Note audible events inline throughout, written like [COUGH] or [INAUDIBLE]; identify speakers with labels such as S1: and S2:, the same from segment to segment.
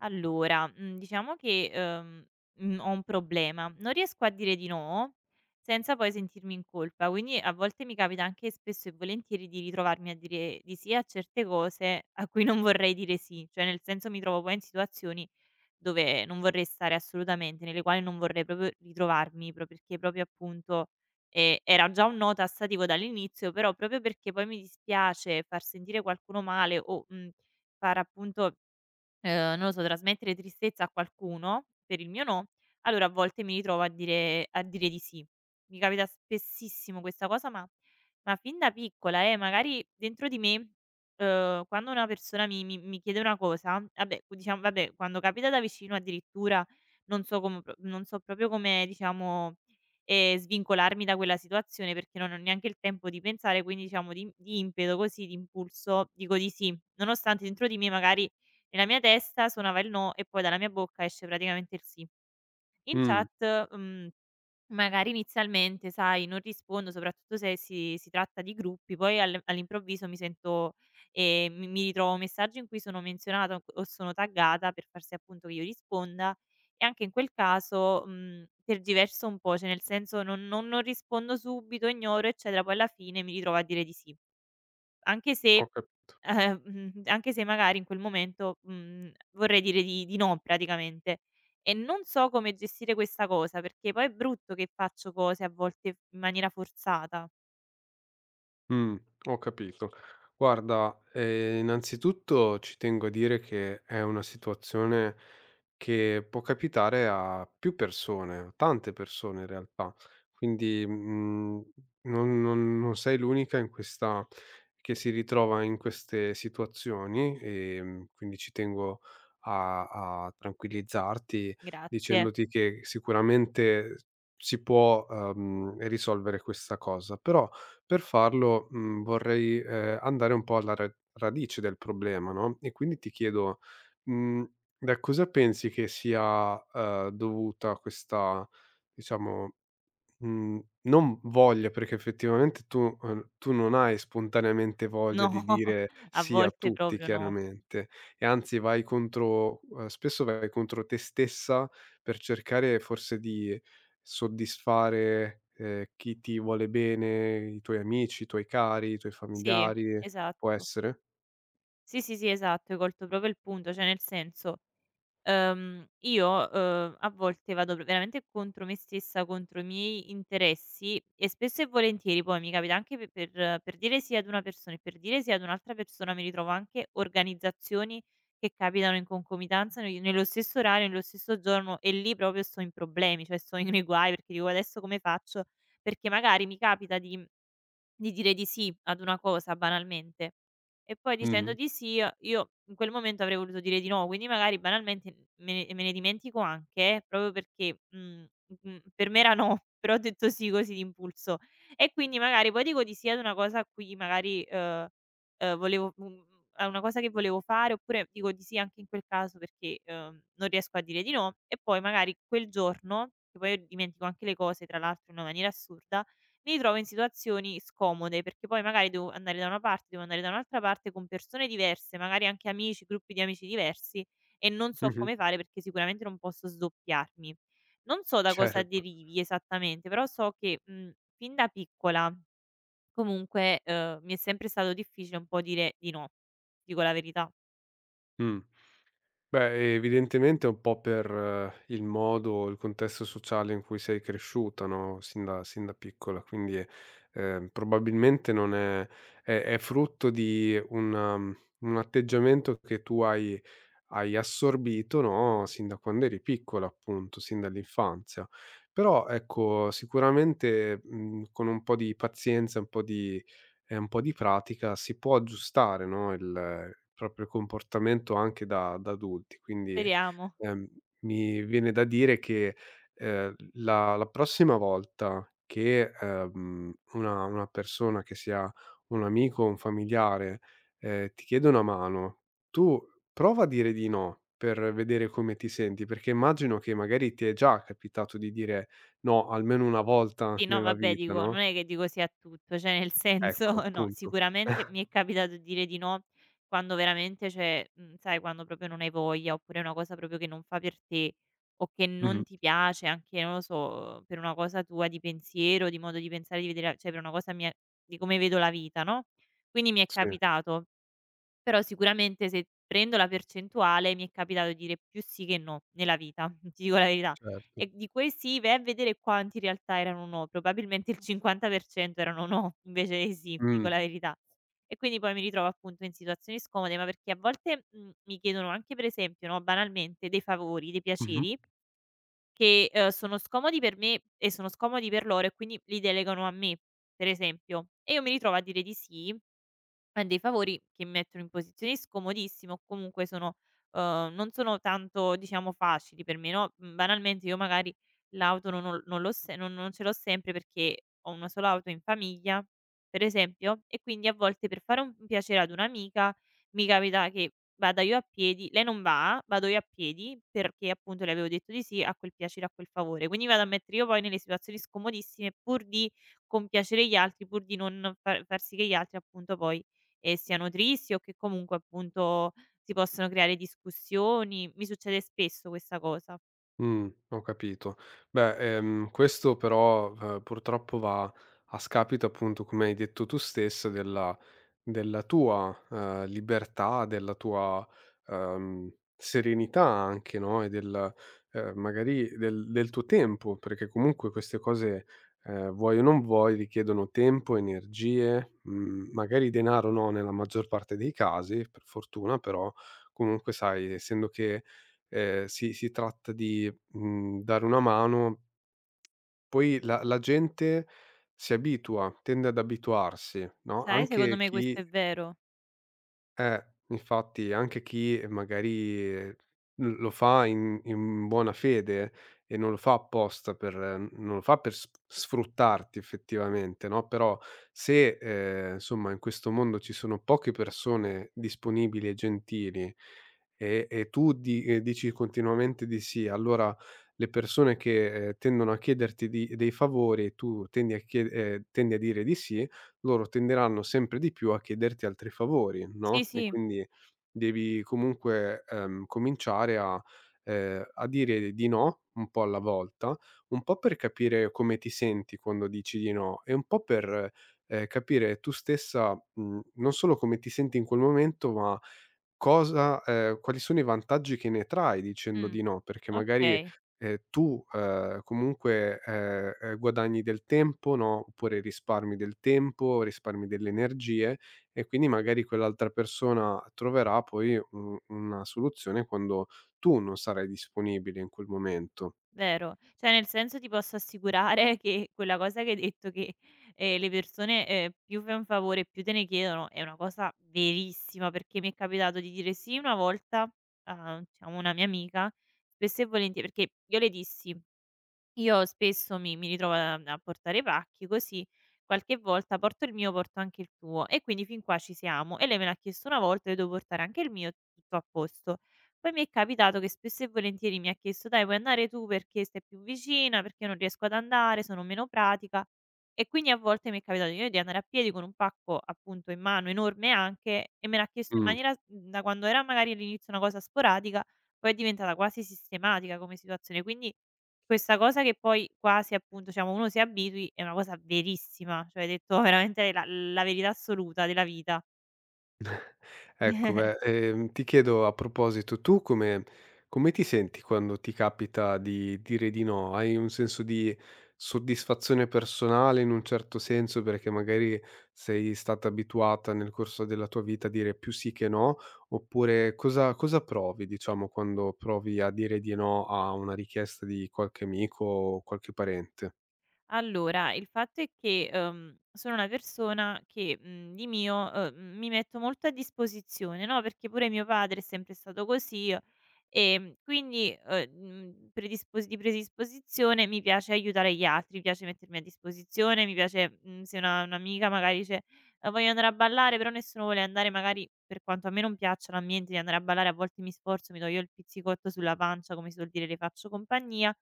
S1: Allora, diciamo che, ho un problema: non riesco a dire di no, senza poi sentirmi in colpa, quindi a volte mi capita anche spesso e volentieri di ritrovarmi a dire di sì a certe cose a cui non vorrei dire sì, cioè nel senso mi trovo poi in situazioni dove non vorrei stare assolutamente, nelle quali non vorrei proprio ritrovarmi, pro perché proprio appunto, era già un no tassativo dall'inizio, però proprio perché poi mi dispiace far sentire qualcuno male o, far appunto. Non lo so, trasmettere tristezza a qualcuno, per il mio no, allora a volte mi ritrovo a dire di sì. Mi capita spessissimo questa cosa, ma fin da piccola magari dentro di me, quando una persona mi chiede una cosa, vabbè diciamo vabbè, quando capita da vicino addirittura non so proprio come diciamo, svincolarmi da quella situazione perché non ho neanche il tempo di pensare, quindi diciamo di impeto, così, d'impulso dico di sì, nonostante dentro di me magari nella mia testa suonava il no e poi dalla mia bocca esce praticamente il sì. In
S2: Mh,
S1: chat, magari inizialmente, sai, non rispondo, soprattutto se si tratta di gruppi, poi al all'improvviso mi sento mi ritrovo messaggi in cui sono menzionata o sono taggata per far sì appunto che io risponda e anche in quel caso, tergiverso un po', cioè nel senso non rispondo subito, ignoro eccetera, poi alla fine mi ritrovo a dire di sì. Anche
S2: ho
S1: se
S2: cap
S1: anche se magari in quel momento, vorrei dire di no praticamente. E non so come gestire questa cosa, perché poi è brutto che faccio cose a volte in maniera forzata.
S2: Mh, ho capito. Guarda, innanzitutto ci tengo a dire che è una situazione che può capitare a più persone, a tante persone in realtà. Quindi, non sei l'unica in questa che si ritrova in queste situazioni, quindi ci tengo a tranquillizzarti
S1: Grazie.
S2: dicendoti che sicuramente si può, risolvere questa cosa. Però per farlo, vorrei, andare un po' alla ra radice del problema, no, e quindi ti chiedo, mhmm, da cosa pensi che sia, dovuta questa, diciamo, Mhmm, non voglia, perché effettivamente tu non hai spontaneamente
S1: [LAUGHS]
S2: voglia di
S1: No,
S2: dire
S1: a
S2: sì a
S1: volte
S2: tutti
S1: proprio no.
S2: chiaramente, e anzi vai contro spesso vai contro te stessa per cercare forse di soddisfare, chi ti vuole bene, i tuoi amici, i tuoi cari, i tuoi
S1: Sì,
S2: familiari, può
S1: esatto.
S2: essere?
S1: Sì, sì, sì, esatto, hai colto proprio il punto, cioè nel senso. Io, a volte vado pr veramente contro me stessa, contro i miei interessi e spesso e volentieri poi mi capita anche pe per dire sì ad una persona e per dire sì ad un'altra persona mi ritrovo anche organizzazioni che capitano in concomitanza ne nello stesso orario, nello stesso giorno e lì proprio sto in problemi, cioè sto nei [LAUGHS] guai perché dico: "Adesso come faccio?" Perché magari mi capita di dire di sì ad una cosa banalmente. E poi dicendo
S2: Mh-mh,
S1: di sì a io in quel momento avrei voluto dire di no, quindi magari banalmente me ne dimentico anche proprio perché, per me era no, [LAUGHS] però ho detto sì così d'impulso. E quindi magari poi dico di sì ad una cosa a cui magari, volevo a una cosa che volevo fare oppure dico di sì anche in quel caso perché, non riesco a dire di no e poi magari quel giorno, che poi io dimentico anche le cose tra l'altro in una maniera assurda mi ritrovo in situazioni scomode, perché poi magari devo andare da una parte, devo andare da un'altra parte con persone diverse, magari anche amici, gruppi di amici diversi e non so
S2: mh-mh,
S1: come fare perché sicuramente non posso sdoppiarmi. Non so da cosa
S2: certo,
S1: derivi esattamente, però so che, fin da piccola comunque, mi è sempre stato difficile un po' dire di no, dico la verità.
S2: mh. Beh, evidentemente è un po' per il modo, il contesto sociale in cui sei cresciuta, no, sin da piccola, quindi, probabilmente non è è frutto di un un atteggiamento che tu hai assorbito, no, sin da quando eri piccola appunto, sin dall'infanzia. Però ecco, sicuramente, con un po' di pazienza, un po' di pratica si può aggiustare, no, il proprio comportamento anche da adulti. Quindi,
S1: Speriamo.
S2: ehm, mi viene da dire che, la prossima volta che, una persona che sia un amico o un familiare, ti chiede una mano, tu prova a dire di no, per vedere come ti senti, perché immagino che magari ti è già capitato di dire no almeno una volta
S1: Sì, no
S2: nella
S1: vabbè
S2: vita,
S1: dico,
S2: no,
S1: non è che dico sì a tutto, cioè nel senso
S2: ecco,
S1: [LAUGHS] no,
S2: punto.
S1: sicuramente mi è
S2: [LAUGHS]
S1: capitato di dire di no quando veramente cioè, sai quando proprio non hai voglia, oppure è una cosa proprio che non fa per te, o che
S2: Mh-mh,
S1: non ti piace anche, non lo so, per una cosa tua di pensiero, di modo di pensare, di vedere la cioè per una cosa mia di come vedo la vita, no, quindi mi è
S2: sì,
S1: capitato però sicuramente se prendo la percentuale mi è capitato di dire più sì che no nella vita, [LAUGHS] ti dico la verità.
S2: certo.
S1: E di quei sì, vai a vedere quanti in realtà erano no, probabilmente il 50% erano no [LAUGHS] invece dei sì, ti
S2: Mh.
S1: dico la verità. E quindi poi mi ritrovo appunto in situazioni scomode, ma perché a volte, mi chiedono anche per esempio, no, banalmente dei favori, dei
S2: Mh-mh.
S1: piaceri che, sono scomodi per me e sono scomodi per loro e quindi li delegano a me, per esempio. E io mi ritrovo a dire di sì ma dei favori che mi mettono in posizioni scomodissime o comunque sono non sono tanto diciamo facili per me, no, banalmente io magari l'auto non ho non l'ho se non non ce l'ho sempre perché ho una sola auto in famiglia, per esempio, e quindi a volte per fare un piacere ad un'amica mi capita che vada io a piedi lei non va, vado io a piedi perché appunto le avevo detto di sì a quel piacere, a quel favore. Quindi vado a mettere io poi nelle situazioni scomodissime pur di compiacere gli altri, pur di non far sì che gli altri appunto poi e siano tristi o che comunque appunto si possano creare discussioni. Mi succede spesso questa cosa.
S2: Ho capito. Beh, questo però, purtroppo va a scapito, appunto, come hai detto tu stessa, della della tua, libertà, della tua, serenità anche, no, e del magari del del tuo tempo, perché comunque queste cose, vuoi o non vuoi, richiedono tempo, energie, magari denaro no, nella maggior parte dei casi, per fortuna, però comunque sai, essendo che, si tratta di, dare una mano. Poi la gente si abitua, tende ad abituarsi, no,
S1: Sai, secondo
S2: anche
S1: me
S2: chi
S1: questo è vero.
S2: infatti anche chi magari, l lo fa in buona fede e non lo fa apposta per non lo fa per s sfruttarti effettivamente, no, però se, insomma in questo mondo ci sono poche persone disponibili e gentili, e tu di dici continuamente di sì, allora le persone che, tendono a chiederti di dei favori, tu tendi a chie tendi a dire di sì, loro tenderanno sempre di più a chiederti altri favori,
S1: Sì,
S2: no, e
S1: sì.
S2: quindi devi comunque, cominciare a a dire di no un po' alla volta, un po' per capire come ti senti quando dici di no e un po' per, capire tu stessa, non solo come ti senti in quel momento, ma cosa quali sono i vantaggi che ne trai dicendo
S1: Mh.
S2: di no? Perché magari,
S1: Okay,
S2: tu, comunque, guadagni del tempo, no, oppure risparmi del tempo, risparmi delle energie, e quindi magari quell'altra persona troverà poi u una soluzione quando tu non sarai disponibile in quel momento.
S1: vero. Cioè nel senso ti posso assicurare [LAUGHS] che quella cosa che hai detto che, le persone, più fai un favore più te ne chiedono è una cosa verissima, perché mi è capitato di dire sì una volta a diciamo una mia amica, spesso e volentieri perché io le dissi. Io spesso mi ritrovo a portare i pacchi così, qualche volta porto il mio, porto anche il tuo e quindi fin qua ci siamo e lei me l'ha chiesto una volta, io devo portare anche il mio, tutto a posto. Poi mi è capitato che spesso e volentieri mi ha chiesto: "Dai, vuoi andare tu perché stai più vicina, perché io non riesco ad andare, sono meno pratica." E quindi a volte mi è capitato io di andare a piedi con un pacco appunto in mano, enorme anche, e me l'ha chiesto in
S2: Mh.
S1: maniera da quando era magari all'inizio una cosa sporadica, poi è diventata quasi sistematica come situazione, quindi questa cosa che poi quasi appunto, diciamo uno si abitui è una cosa verissima, cioè hai detto veramente la verità assoluta della vita.
S2: Ecco beh, ti chiedo a proposito, tu come come ti senti quando ti capita di dire di no? Hai un senso di soddisfazione personale in un certo senso, perché magari sei stata abituata nel corso della tua vita a dire più sì che no, oppure cosa cosa provi, diciamo, quando provi a dire di no a una richiesta di qualche amico o qualche parente?
S1: Allora, il fatto è che, sono una persona che, di mio, mi metto molto a disposizione, no, perché pure mio padre è sempre stato così, quindi, mhmm, predispos di predisposizione mi piace aiutare gli altri, mi piace mettermi a disposizione, mi piace, se una un'amica magari dice: Voglio andare a ballare", però nessuno vuole andare magari, per quanto a me non piaccia l'ambiente di andare a ballare, a volte mi sforzo, mi do io il pizzicotto sulla pancia, come si suol dire, le faccio compagnia,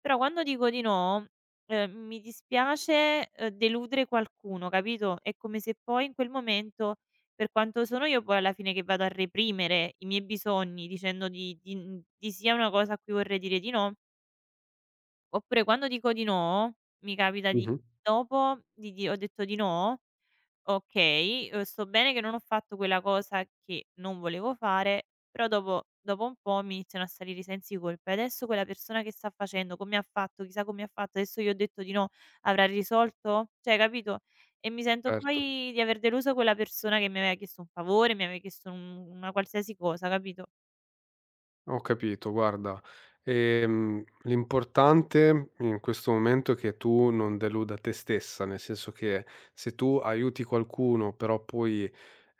S1: però quando dico di no, mi dispiace, deludere qualcuno, capito, è come se poi in quel momento, per quanto sono io poi alla fine che vado a reprimere i miei bisogni dicendo di sì a una cosa a cui vorrei dire di no, oppure quando dico di no, mi capita di
S2: Mh-mh.
S1: dopo di ho detto di no, okay, sto bene che non ho fatto quella cosa che non volevo fare, però dopo un po' mi iniziano a salire i sensi di colpa. E adesso quella persona che sta facendo, come ha fatto, chissà come ha fatto, adesso gli ho detto di no, avrà risolto? Cioè capito? E mi sento
S2: Certo.
S1: poi di aver deluso quella persona che mi aveva chiesto un favore, mi aveva chiesto un una qualsiasi cosa, capito?
S2: Ho capito, guarda, l'importante in questo momento è che tu non deluda te stessa, nel senso che se tu aiuti qualcuno, però poi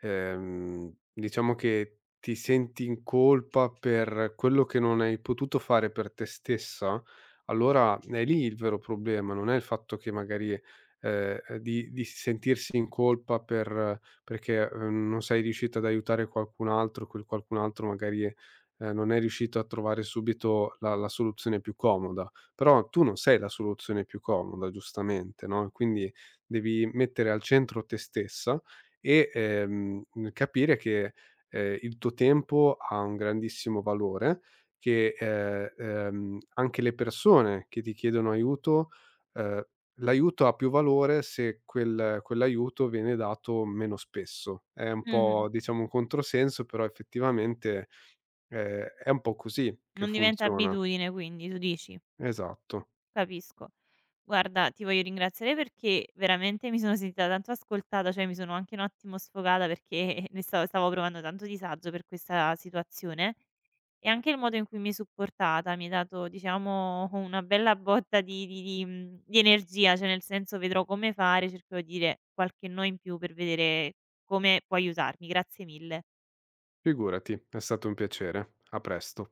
S2: diciamo che ti senti in colpa per quello che non hai potuto fare per te stessa, allora è lì il vero problema, non è il fatto che magari di sentirsi in colpa per, perché non sei riuscita ad aiutare qualcun altro, quel qualcun altro magari non è riuscito a trovare subito la soluzione più comoda. Però tu non sei la soluzione più comoda, giustamente, no, quindi devi mettere al centro te stessa e, capire che, il tuo tempo ha un grandissimo valore, che, anche le persone che ti chiedono aiuto, ehm, l'aiuto ha più valore se quel quell'aiuto viene dato meno spesso. È un
S1: Mh-mh.
S2: po', diciamo, un controsenso, però effettivamente, è un po' così che
S1: Non diventa
S2: funziona.
S1: abitudine quindi, tu dici?
S2: Esatto.
S1: Capisco. Guarda, ti voglio ringraziare perché veramente mi sono sentita tanto ascoltata, cioè mi sono anche un attimo sfogata perché [LAUGHS] ne stavo, stavo provando tanto disagio per questa situazione e anche il modo in cui mi hai supportata mi ha dato, diciamo, una bella botta di, di energia, cioè nel senso vedrò come fare, cercherò di dire qualche no in più per vedere come può aiutarmi. Grazie mille.
S2: Figurati, è stato un piacere. A presto.